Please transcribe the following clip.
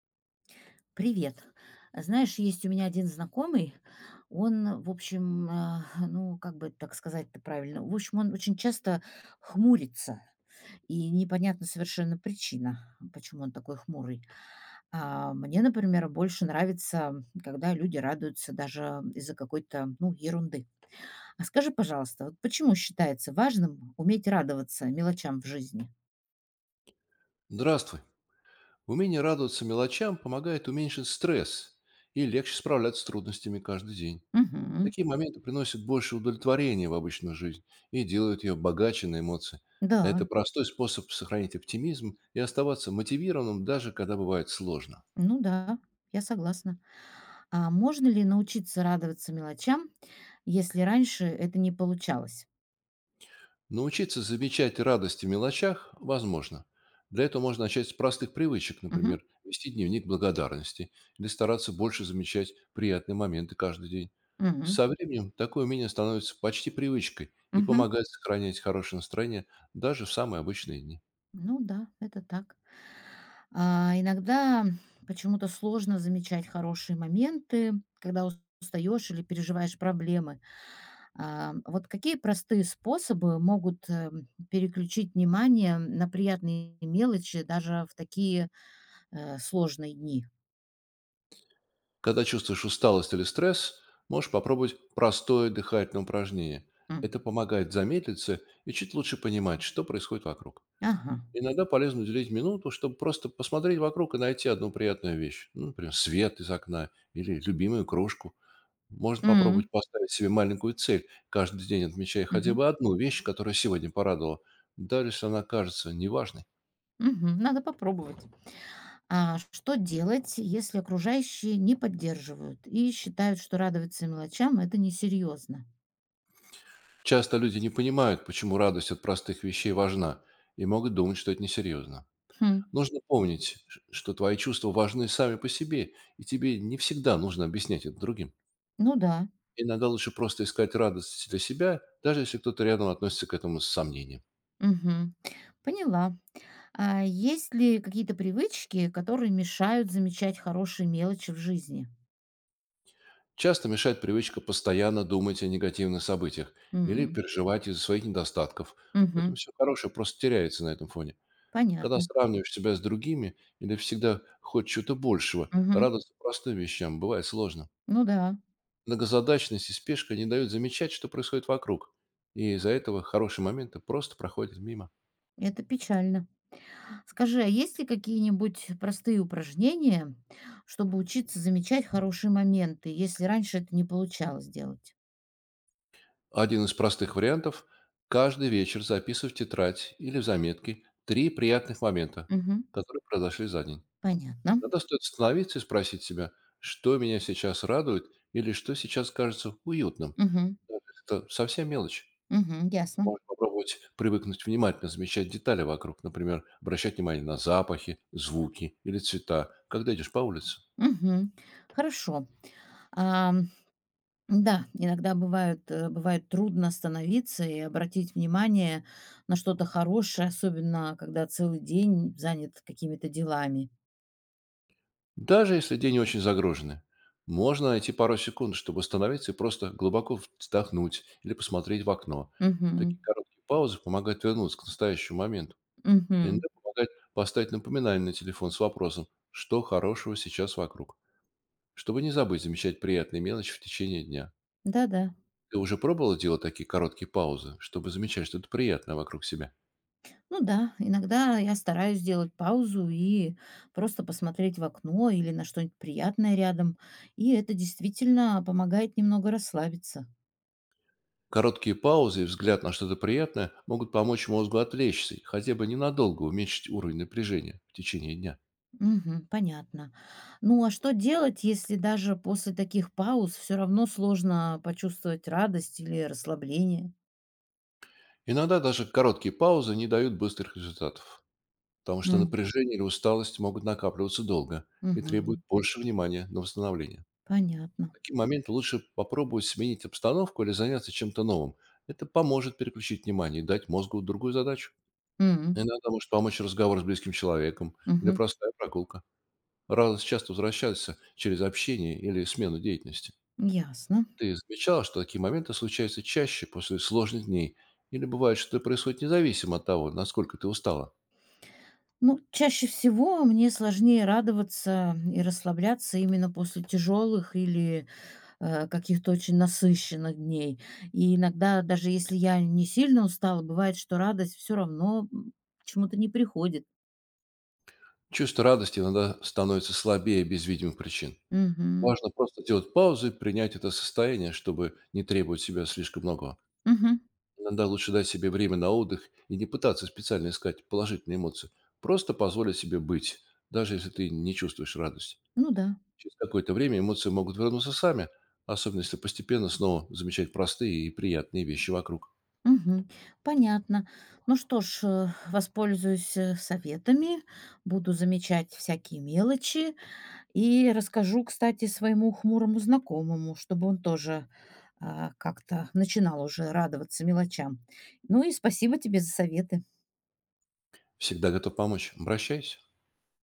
Привет. Знаешь, есть у меня один знакомый, он, в общем, ну, как бы так сказать-то правильно, в общем, он очень часто хмурится, и непонятна совершенно причина, почему он такой хмурый. А мне, например, больше нравится, когда люди радуются даже из-за какой-то, ну, ерунды. А скажи, пожалуйста, вот почему считается важным уметь радоваться мелочам в жизни? Здравствуй. Умение радоваться мелочам помогает уменьшить стресс и легче справляться с трудностями каждый день. Угу, Такие моменты приносят больше удовлетворения в обычную жизнь и делают ее богаче на эмоции. Это да. простой способ сохранить оптимизм и оставаться мотивированным, даже когда бывает сложно. Ну да, я согласна. А можно ли научиться радоваться мелочам, если раньше это не получалось? Научиться замечать радость в мелочах возможно. Для этого можно начать с простых привычек, Мгм. например, вести дневник благодарности или стараться больше замечать приятные моменты каждый день. Мгм. Со временем такое умение становится почти привычкой и Мгм. помогает сохранять хорошее настроение даже в самые обычные дни. Ну да, это так. А, иногда почему-то сложно замечать хорошие моменты, когда устаешь или переживаешь проблемы. А, вот какие простые способы могут переключить внимание на приятные мелочи даже в такие сложные дни? Когда чувствуешь усталость или стресс, можешь попробовать простое дыхательное упражнение. Это М. помогает замедлиться и чуть лучше понимать, что происходит вокруг. Ага. Иногда полезно уделить минуту, чтобы просто посмотреть вокруг и найти одну приятную вещь. Ну, например, свет из окна или любимую кружку. Можно М, попробовать поставить себе маленькую цель, каждый день отмечая хотя мгм, бы одну вещь, которая сегодня порадовала, даже если она кажется неважной. мгм. Надо попробовать. А что делать, если окружающие не поддерживают и считают, что радоваться мелочам это несерьезно? Часто люди не понимают, почему радость от простых вещей важна, и могут думать, что это несерьезно. Хм, Нужно помнить, что твои чувства важны сами по себе, и тебе не всегда нужно объяснять это другим. ну да. Иногда лучше просто искать радость для себя, даже если кто-то рядом относится к этому с сомнением. Мгм. Поняла. А есть ли какие-то привычки, которые мешают замечать хорошие мелочи в жизни? Часто мешает привычка постоянно думать о негативных событиях или М, переживать из-за своих недостатков. Поэтому мгм. все хорошее просто теряется на этом фоне. Когда Понятно. сравниваешь себя с другими или всегда хочешь чего-то большего, Мгм. радость простым вещам бывает сложно. Ну да, Многозадачность и спешка не дают замечать, что происходит вокруг. И из-за этого хорошие моменты просто проходят мимо. это печально. Скажи, а есть ли какие-нибудь простые упражнения, чтобы учиться замечать хорошие моменты, если раньше это не получалось делать? Один из простых вариантов– каждый вечер записывать в тетрадь или в заметки три приятных момента, Мгм. которые произошли за день. Понятно. Иногда стоит остановиться и спросить себя, что меня сейчас радует или что сейчас кажется уютным. Мгм. Даже если это совсем мелочь. Мгм. Ясно. Можно попробовать привыкнуть внимательно замечать детали вокруг, например, обращать внимание на запахи, звуки или цвета, когда идешь по улице. Мгм. Хорошо. Ам, да, иногда бывает трудно остановиться и обратить внимание на что-то хорошее, особенно когда целый день занят какими-то делами. Даже если день очень загруженный, можно найти пару секунд, чтобы остановиться и просто глубоко вздохнуть или посмотреть в окно. Мгм. Такие короткие паузы помогают вернуться к настоящему моменту. Мгм. Иногда помогает поставить напоминание на телефон с вопросом, что хорошего сейчас вокруг, чтобы не забыть замечать приятные мелочи в течение дня. Да-да. Ты уже пробовала делать такие короткие паузы, чтобы замечать что-то приятное вокруг себя? Ну да, иногда я стараюсь сделать паузу и просто посмотреть в окно или на что-нибудь приятное рядом. И это действительно помогает немного расслабиться. Короткие паузы и взгляд на что-то приятное могут помочь мозгу отвлечься и хотя бы ненадолго уменьшить уровень напряжения в течение дня. Мгм, понятно. Ну а что делать, если даже после таких пауз все равно сложно почувствовать радость или расслабление? Иногда даже короткие паузы не дают быстрых результатов, потому что М, напряжение или усталость могут накапливаться долго и требуют мгм, больше внимания на восстановление. В понятно. такие моменты лучше попробовать сменить обстановку или заняться чем-то новым. Это поможет переключить внимание и дать мозгу другую задачу. М, Иногда может помочь разговор с близким человеком или мгм, простая прогулка. Радость часто возвращается через общение или смену деятельности. ясно. Ты замечал, что такие моменты случаются чаще после сложных дней? Или бывает, что это происходит независимо от того, насколько ты устала? Ну, чаще всего мне сложнее радоваться и расслабляться именно после тяжелых или каких-то очень насыщенных дней. И иногда, даже если я не сильно устала, бывает, что радость все равно почему-то не приходит. Чувство радости иногда становится слабее без видимых причин. Мгм. Важно просто делать паузу и принять это состояние, чтобы не требовать себя слишком многого. Мгм. Иногда лучше дать себе время на отдых и не пытаться специально искать положительные эмоции. Просто позволить себе быть, даже если ты не чувствуешь радость. Ну да. Через какое-то время эмоции могут вернуться сами, особенно если постепенно снова замечать простые и приятные вещи вокруг. Мгм. Понятно. Ну что ж, воспользуюсь советами, буду замечать всякие мелочи и расскажу, кстати, своему хмурому знакомому, чтобы он тоже как-то начинал уже радоваться мелочам. Ну и спасибо тебе за советы. Всегда готов помочь. Обращайся.